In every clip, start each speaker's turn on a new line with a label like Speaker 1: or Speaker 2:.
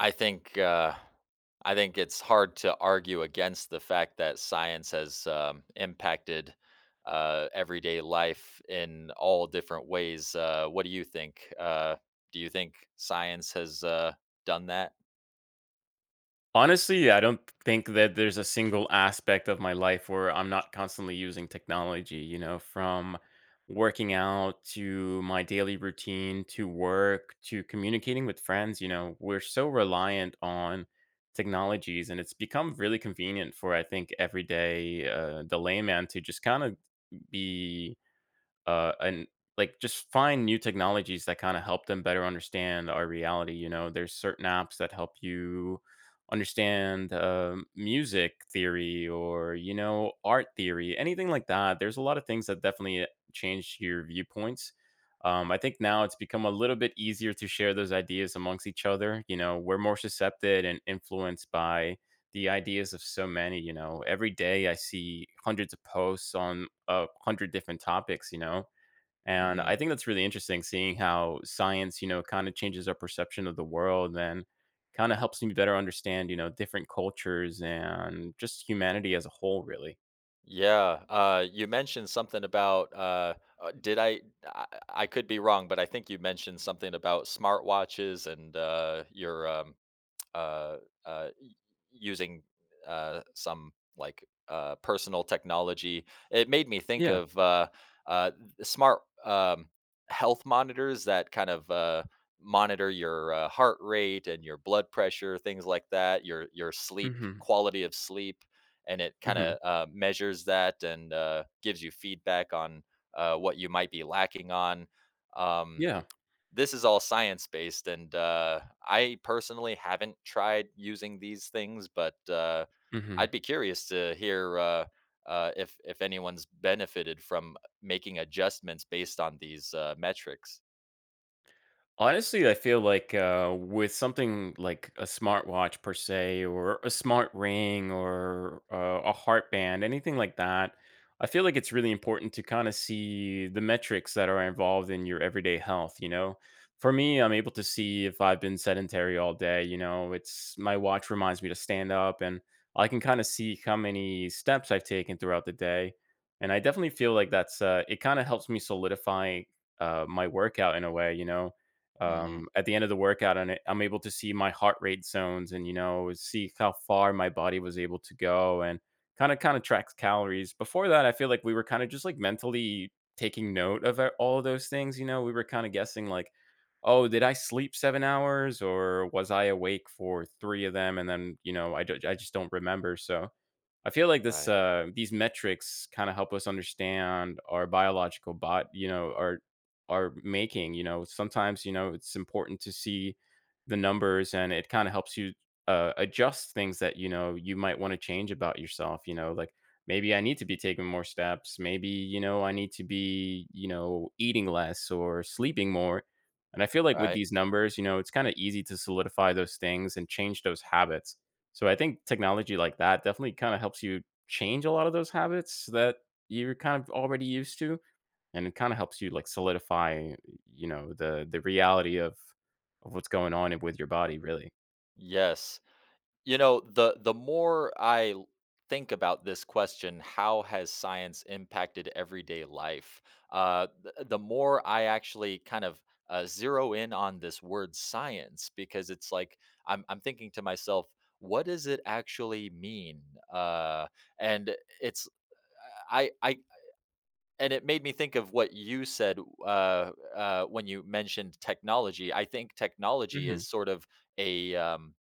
Speaker 1: I think uh, I think it's hard to argue against the fact that science has impacted everyday life in all different ways. What do you think? Do you think science has done that?
Speaker 2: Honestly, yeah, I don't think that there's a single aspect of my life where I'm not constantly using technology, you know, from working out to my daily routine to work to communicating with friends. You know, we're so reliant on technologies and it's become really convenient for, I think, everyday the layman to just kind of be and like just find new technologies that kind of help them better understand our reality. You know, there's certain apps that help you understand music theory or, you know, art theory, anything like that. There's a lot of things that definitely change your viewpoints. I think now it's become a little bit easier to share those ideas amongst each other. You know, we're more susceptible and influenced by the ideas of so many, you know. Every day I see hundreds of posts on a hundred different topics, you know. And
Speaker 1: hmm
Speaker 2: I think that's really interesting, seeing how science, you know, kind of changes our perception of the world and kind of helps me better understand, you know, different cultures and just humanity as a whole, really.
Speaker 1: Yeah, you mentioned something about. Did I, I? I could be wrong, but I think you mentioned something about smartwatches and your uh, uh, using some like personal technology. It made me think
Speaker 2: Yeah.
Speaker 1: of uh, smart health monitors that kind of monitor your heart rate and your blood pressure, things like that. Your sleep
Speaker 2: Hmm.
Speaker 1: quality of sleep, and it kind
Speaker 2: Hmm.
Speaker 1: of measures that and gives you feedback on what you might be lacking on. Um,
Speaker 2: Yeah.
Speaker 1: this is all science based and I personally haven't tried using these things but
Speaker 2: Hmm.
Speaker 1: I'd be curious to hear if anyone's benefited from making adjustments based on these metrics.
Speaker 2: Honestly, I feel like, with something like a smartwatch per se, or a smart ring, or a heart band, anything like that, I feel like it's really important to kind of see the metrics that are involved in your everyday health. You know, for me, I'm able to see if I've been sedentary all day. You know, it's, my watch reminds me to stand up, and I can kind of see how many steps I've taken throughout the day. And I definitely feel like that's, it. Kind of helps me solidify my workout in a way. You know,
Speaker 1: hmm
Speaker 2: at the end of the workout, and I'm able to see my heart rate zones and, you know, see how far my body was able to go, and kind of tracks calories. Before that, I feel like we were kind of just like mentally taking note of all of those things. You know, we were kind of guessing like, oh, did I sleep 7 hours or was I awake for three of them? And then, you know, I just don't remember. So I feel like this,
Speaker 1: right.
Speaker 2: these metrics kind of help us understand our biological bot, you know, our making. You know, sometimes, you know, it's important to see the numbers, and it kind of helps you adjust things that, you know, you might want to change about yourself, you know, like maybe I need to be taking more steps, maybe, you know, I need to be, you know, eating less or sleeping more. And I feel like with
Speaker 1: right
Speaker 2: these numbers, you know, it's kind of easy to solidify those things and change those habits. So I think technology like that definitely kind of helps you change a lot of those habits that you're kind of already used to, and it kind of helps you like solidify, you know, the reality of what's going on and with your body, really.
Speaker 1: yes. You know, the more I think about this question, how has science impacted everyday life? The more I actually kind of zero in on this word science, because it's like I'm thinking to myself, what does it actually mean? Uh, and it's I I and it made me think of what you said when you mentioned technology. I think technology
Speaker 2: Hmm.
Speaker 1: is sort of a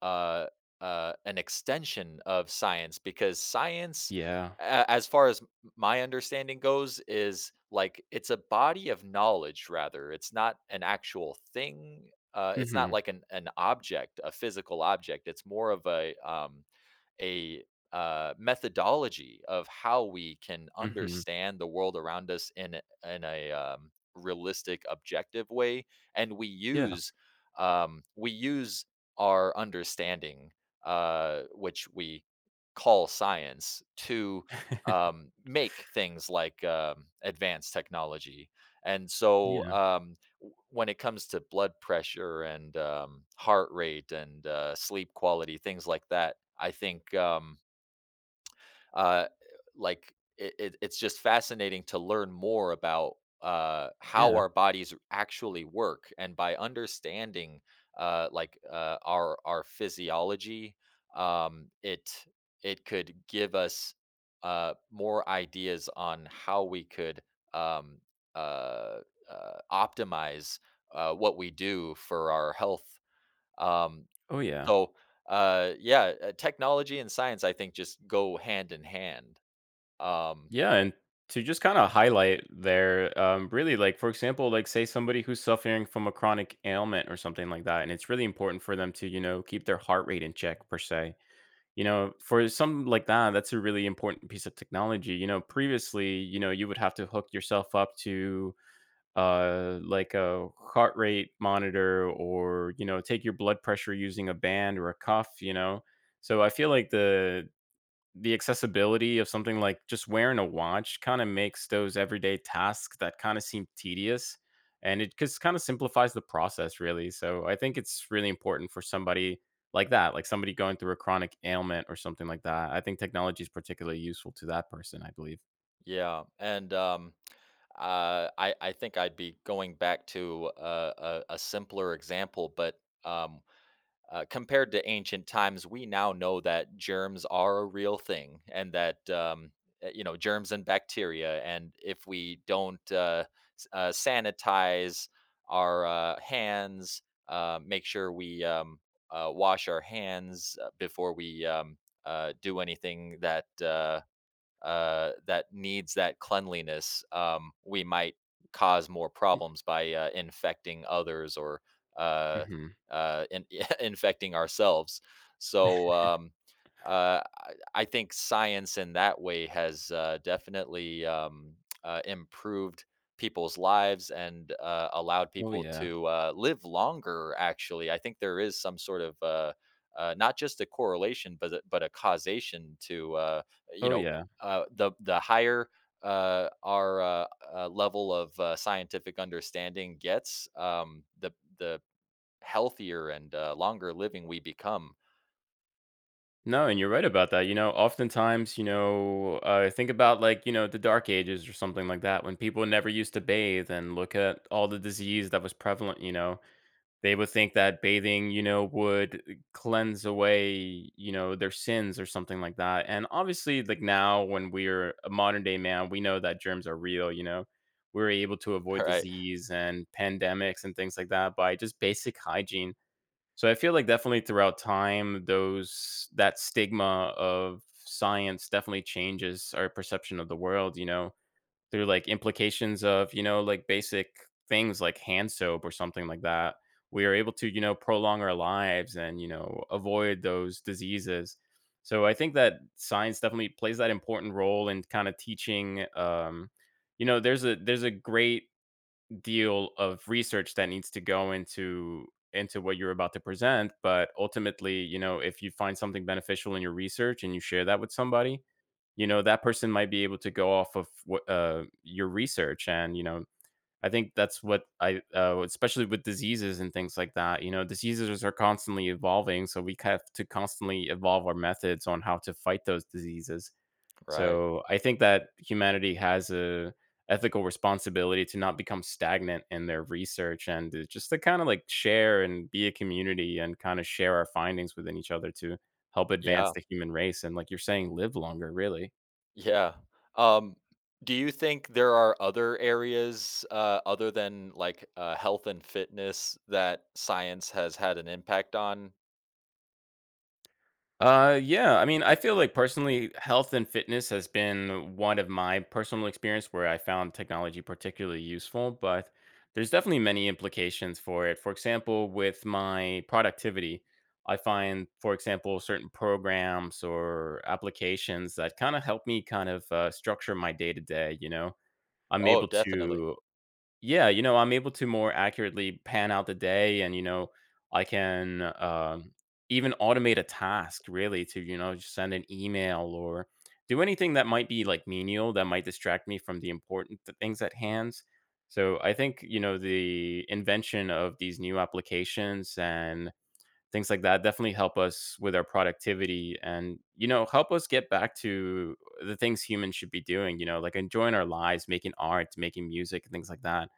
Speaker 1: uh, an extension of science, because science
Speaker 2: Yeah.
Speaker 1: as far as my understanding goes, is like it's a body of knowledge. Rather, it's not an actual thing. It's not
Speaker 2: Hmm.
Speaker 1: like an object, a physical object. It's more of a methodology of how we can
Speaker 2: Hmm.
Speaker 1: understand the world around us in in a realistic, objective way, and
Speaker 2: Yeah.
Speaker 1: we use our understanding, which we call science, to make things like advanced technology. And so
Speaker 2: Yeah.
Speaker 1: um, when it comes to blood pressure and heart rate and sleep quality, things like that, I think uh, like it's just fascinating to learn more about how
Speaker 2: Yeah.
Speaker 1: our bodies actually work, and by understanding like our physiology, it it could give us more ideas on how we could um, uh, optimize what we do for our health. Um,
Speaker 2: Oh, yeah.
Speaker 1: so yeah, technology and science, I think, just go hand in hand. Um,
Speaker 2: Yeah. And to just kind of highlight there, really, like, for example, like, say somebody who's suffering from a chronic ailment or something like that, and it's really important for them to, you know, keep their heart rate in check per se. You know, for something like that, that's a really important piece of technology. You know, previously, you know, you would have to hook yourself up to like a heart rate monitor, or, you know, take your blood pressure using a band or a cuff, you know. So I feel like the accessibility of something like just wearing a watch kind of makes those everyday tasks that kind of seem tedious, and it just kind of simplifies the process, really. So I think it's really important for somebody like that, like somebody going through a chronic ailment or something like that. I think technology is particularly useful to that person, I believe.
Speaker 1: yeah, and, I think I'd be going back to a simpler example, but, compared to ancient times, we now know that germs are a real thing and that, you know, germs and bacteria, and if we don't, s sanitize our, hands, make sure we, wash our hands, before we, do anything that, that needs that cleanliness, we might cause more
Speaker 2: Y-
Speaker 1: problems by infecting others or uh,
Speaker 2: mhm.
Speaker 1: uh, in- infecting ourselves. So um, I think science in that way has definitely improved people's lives and allowed
Speaker 2: Oh,
Speaker 1: people
Speaker 2: yeah.
Speaker 1: to live longer. Actually, I think there is some sort of not just a correlation, but but a causation to you
Speaker 2: Oh,
Speaker 1: know
Speaker 2: yeah.
Speaker 1: the higher our level of scientific understanding gets, the the healthier and longer living we become.
Speaker 2: No, and you're right about that. You know, oftentimes, you know, I think about like, you know, the dark ages or something like that, when people never used to bathe and look at all the disease that was prevalent. You know, they would think that bathing, you know, would cleanse away, you know, their sins or something like that. And obviously, like, now, when we're a modern day man, we know that germs are real, you know. We're able to avoid
Speaker 1: Right.
Speaker 2: disease and pandemics and things like that by just basic hygiene. So I feel like definitely throughout time, those, that stigma of science definitely changes our perception of the world, you know, through like implications of, you know, like basic things like hand soap or something like that, we are able to, you know, prolong our lives and, you know, avoid those diseases. So I think that science definitely plays that important role in kind of teaching, you know, there's a great deal of research that needs to go into what you're about to present, but ultimately, you know, if you find something beneficial in your research and you share that with somebody, you know, that person might be able to go off of what, your research, and, you know, I think that's what I, especially with diseases and things like that, you know, diseases are constantly evolving, so we have to constantly evolve our methods on how to fight those diseases.
Speaker 1: Right.
Speaker 2: So I think that humanity has a ethical responsibility to not become stagnant in their research, and to kind of like share and be a community and kind of share our findings within each other to help advance
Speaker 1: Yeah.
Speaker 2: the human race and, like you're saying, live longer, really.
Speaker 1: Yeah. Um, do you think there are other areas other than like health and fitness that science has had an impact on?
Speaker 2: Yeah. I mean, I feel like personally, health and fitness has been one of my personal experience where I found technology particularly useful, but there's definitely many implications for it. For example, with my productivity, I find, for example, certain programs or applications that kind of help me kind of structure my day to day. You know, I'm
Speaker 1: Oh,
Speaker 2: able
Speaker 1: definitely.
Speaker 2: to yeah, you know, I'm able to more accurately pan out the day, and, you know, I can, um, even automate a task, really, to, you know, just send an email or do anything that might be like menial, that might distract me from the important things at hand. So I think, you know, the invention of these new applications and things like that definitely help us with our productivity, and, you know, help us get back to the things humans should be doing, you know, like enjoying our lives, making art, making music, and things like that.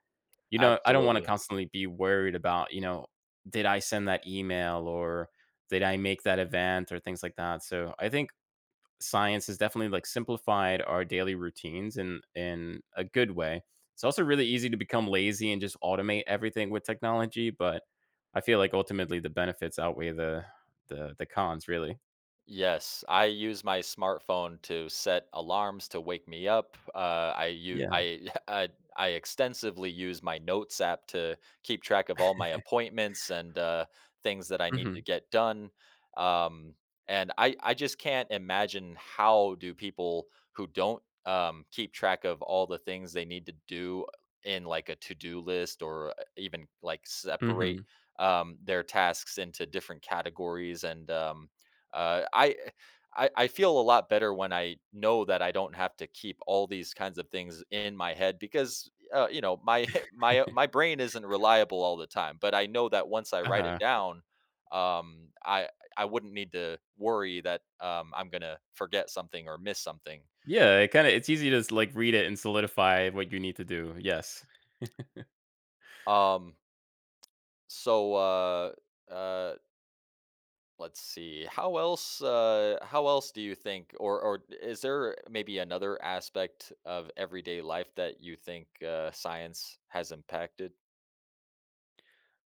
Speaker 2: You know, I don't wanna
Speaker 1: Absolutely.
Speaker 2: constantly be worried about, you know, did I send that email or did I make that event or things like that. So I think science has definitely like simplified our daily routines in a good way. It's also really easy to become lazy and just automate everything with technology, but I feel like ultimately the benefits outweigh the cons, really.
Speaker 1: Yes, I use my smartphone to set alarms to wake me up.
Speaker 2: Yeah.
Speaker 1: I extensively use my notes app to keep track of all my appointments and things that I need
Speaker 2: Mhm.
Speaker 1: to get done. Um, and I just can't imagine how do people who don't keep track of all the things they need to do in like a to do list or even like separate
Speaker 2: Mhm.
Speaker 1: their tasks into different categories and uh, I I feel a lot better when I know that I don't have to keep all these kinds of things in my head, because you know, my my brain isn't reliable all the time. But I know that once I write it
Speaker 2: Uh-huh.
Speaker 1: down, um, I I wouldn't need to worry that I'm gonna forget something or miss something.
Speaker 2: Yeah, it kinda, it's easy to s, like, read it and solidify what you need to do. Yes.
Speaker 1: Um, so uh, uh, Let's see. How else do you think, or is there maybe another aspect of everyday life that you think science has impacted?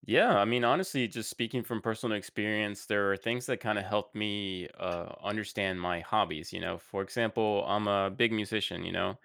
Speaker 2: Yeah, I mean, honestly, just speaking from personal experience, there are things that kind of helped me understand my hobbies. You know, for example, I'm a big musician, you know,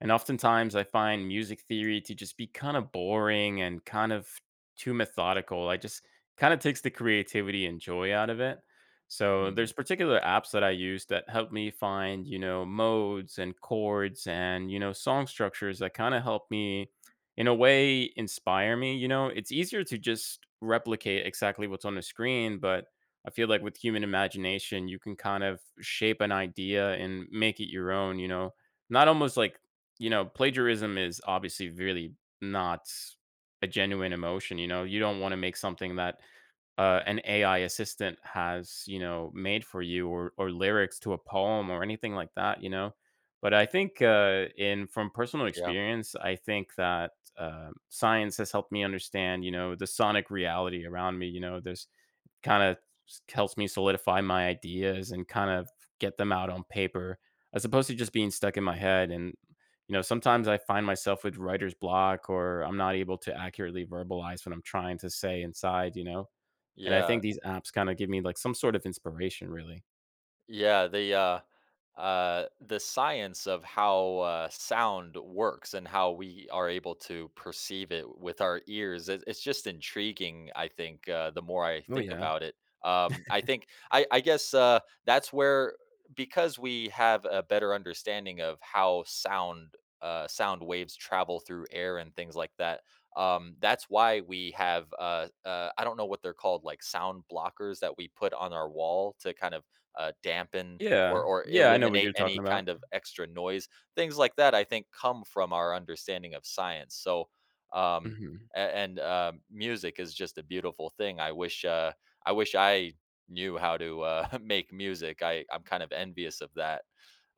Speaker 2: and oftentimes I find music theory to just be kind of boring and kind of too methodical. I just Kind of takes the creativity and joy out of it. So
Speaker 1: Mm.
Speaker 2: there's particular apps that I use that help me find, you know, modes and chords and, you know, song structures that kind of help me, in a way, inspire me. You know, it's easier to just replicate exactly what's on the screen, but I feel like with human imagination you can kind of shape an idea and make it your own. You know, not almost like, you know, plagiarism is obviously really not a genuine emotion. You know, you don't want to make something that, an AI assistant has, you know, made for you, or lyrics to a poem or anything like that, you know. But I think, in from personal
Speaker 1: Yeah.
Speaker 2: experience, I think that science has helped me understand, you know, the sonic reality around me. You know, there's, kind of helps me solidify my ideas and kind of get them out on paper, as opposed to just being stuck in my head. And, you know, sometimes I find myself with writer's block, or I'm not able to accurately verbalize what I'm trying to say inside, you know. And I
Speaker 1: Yeah.
Speaker 2: think these apps kind of give me like some sort of inspiration, really.
Speaker 1: Yeah, the science of how sound works and how we are able to perceive it with our ears. It's just intriguing. I think the more I
Speaker 2: Oh,
Speaker 1: think
Speaker 2: yeah.
Speaker 1: about it, I think I guess that's where, because we have a better understanding of how sound waves travel through air and things like that. That's why we have I don't know what they're called, like sound blockers that we put on our wall to kind of dampen
Speaker 2: Yeah.
Speaker 1: or
Speaker 2: Yeah. I know what you're
Speaker 1: eliminate
Speaker 2: talking
Speaker 1: any
Speaker 2: about.
Speaker 1: kind of extra noise. Things like that, I think, come from our understanding of science. So, um,
Speaker 2: Mm-hmm.
Speaker 1: a- and Music is just a beautiful thing. I wish I wish I knew how to make music. I I'm kind of envious of that.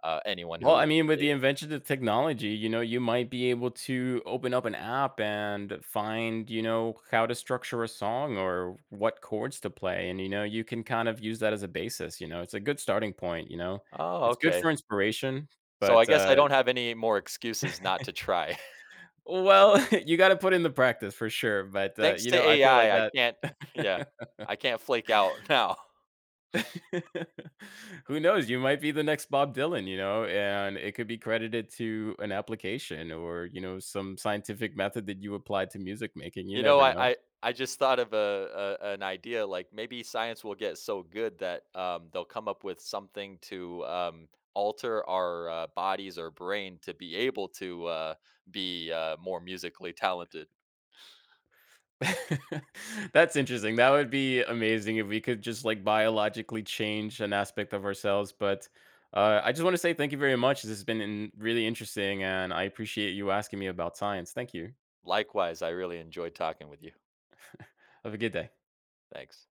Speaker 1: Uh, anyone
Speaker 2: Well, I
Speaker 1: who
Speaker 2: mean, with
Speaker 1: i-
Speaker 2: the invention of technology, you know, you might be able to open up an app and find, you know, how to structure a song or what chords to play. And, you know, you can kind of use that as a basis. You know, it's a good starting point. You know,
Speaker 1: oh,
Speaker 2: it's good for
Speaker 1: okay.
Speaker 2: inspiration,
Speaker 1: So I
Speaker 2: but,
Speaker 1: guess I don't have any more excuses not to try.
Speaker 2: well, you got to put in the practice for sure. But,
Speaker 1: Thanks
Speaker 2: you
Speaker 1: to
Speaker 2: know, I feel like
Speaker 1: AI, I
Speaker 2: that.
Speaker 1: can't. Yeah, I can't flake out now.
Speaker 2: Who knows? You might be the next Bob Dylan, you know, and it could be credited to an application or, you know, some scientific method that you applied to music making. You
Speaker 1: You know,
Speaker 2: never know.
Speaker 1: I just thought of a an idea. Like maybe science will get so good that they'll come up with something to alter our bodies or brain to be able to be more musically talented.
Speaker 2: That's interesting. That would be amazing if we could just like biologically change an aspect of ourselves. But I just want to say thank you very much. This has been really interesting, and I appreciate you asking me about science. Thank you.
Speaker 1: Likewise, I really enjoyed talking with you.
Speaker 2: Have a good day.
Speaker 1: Thanks.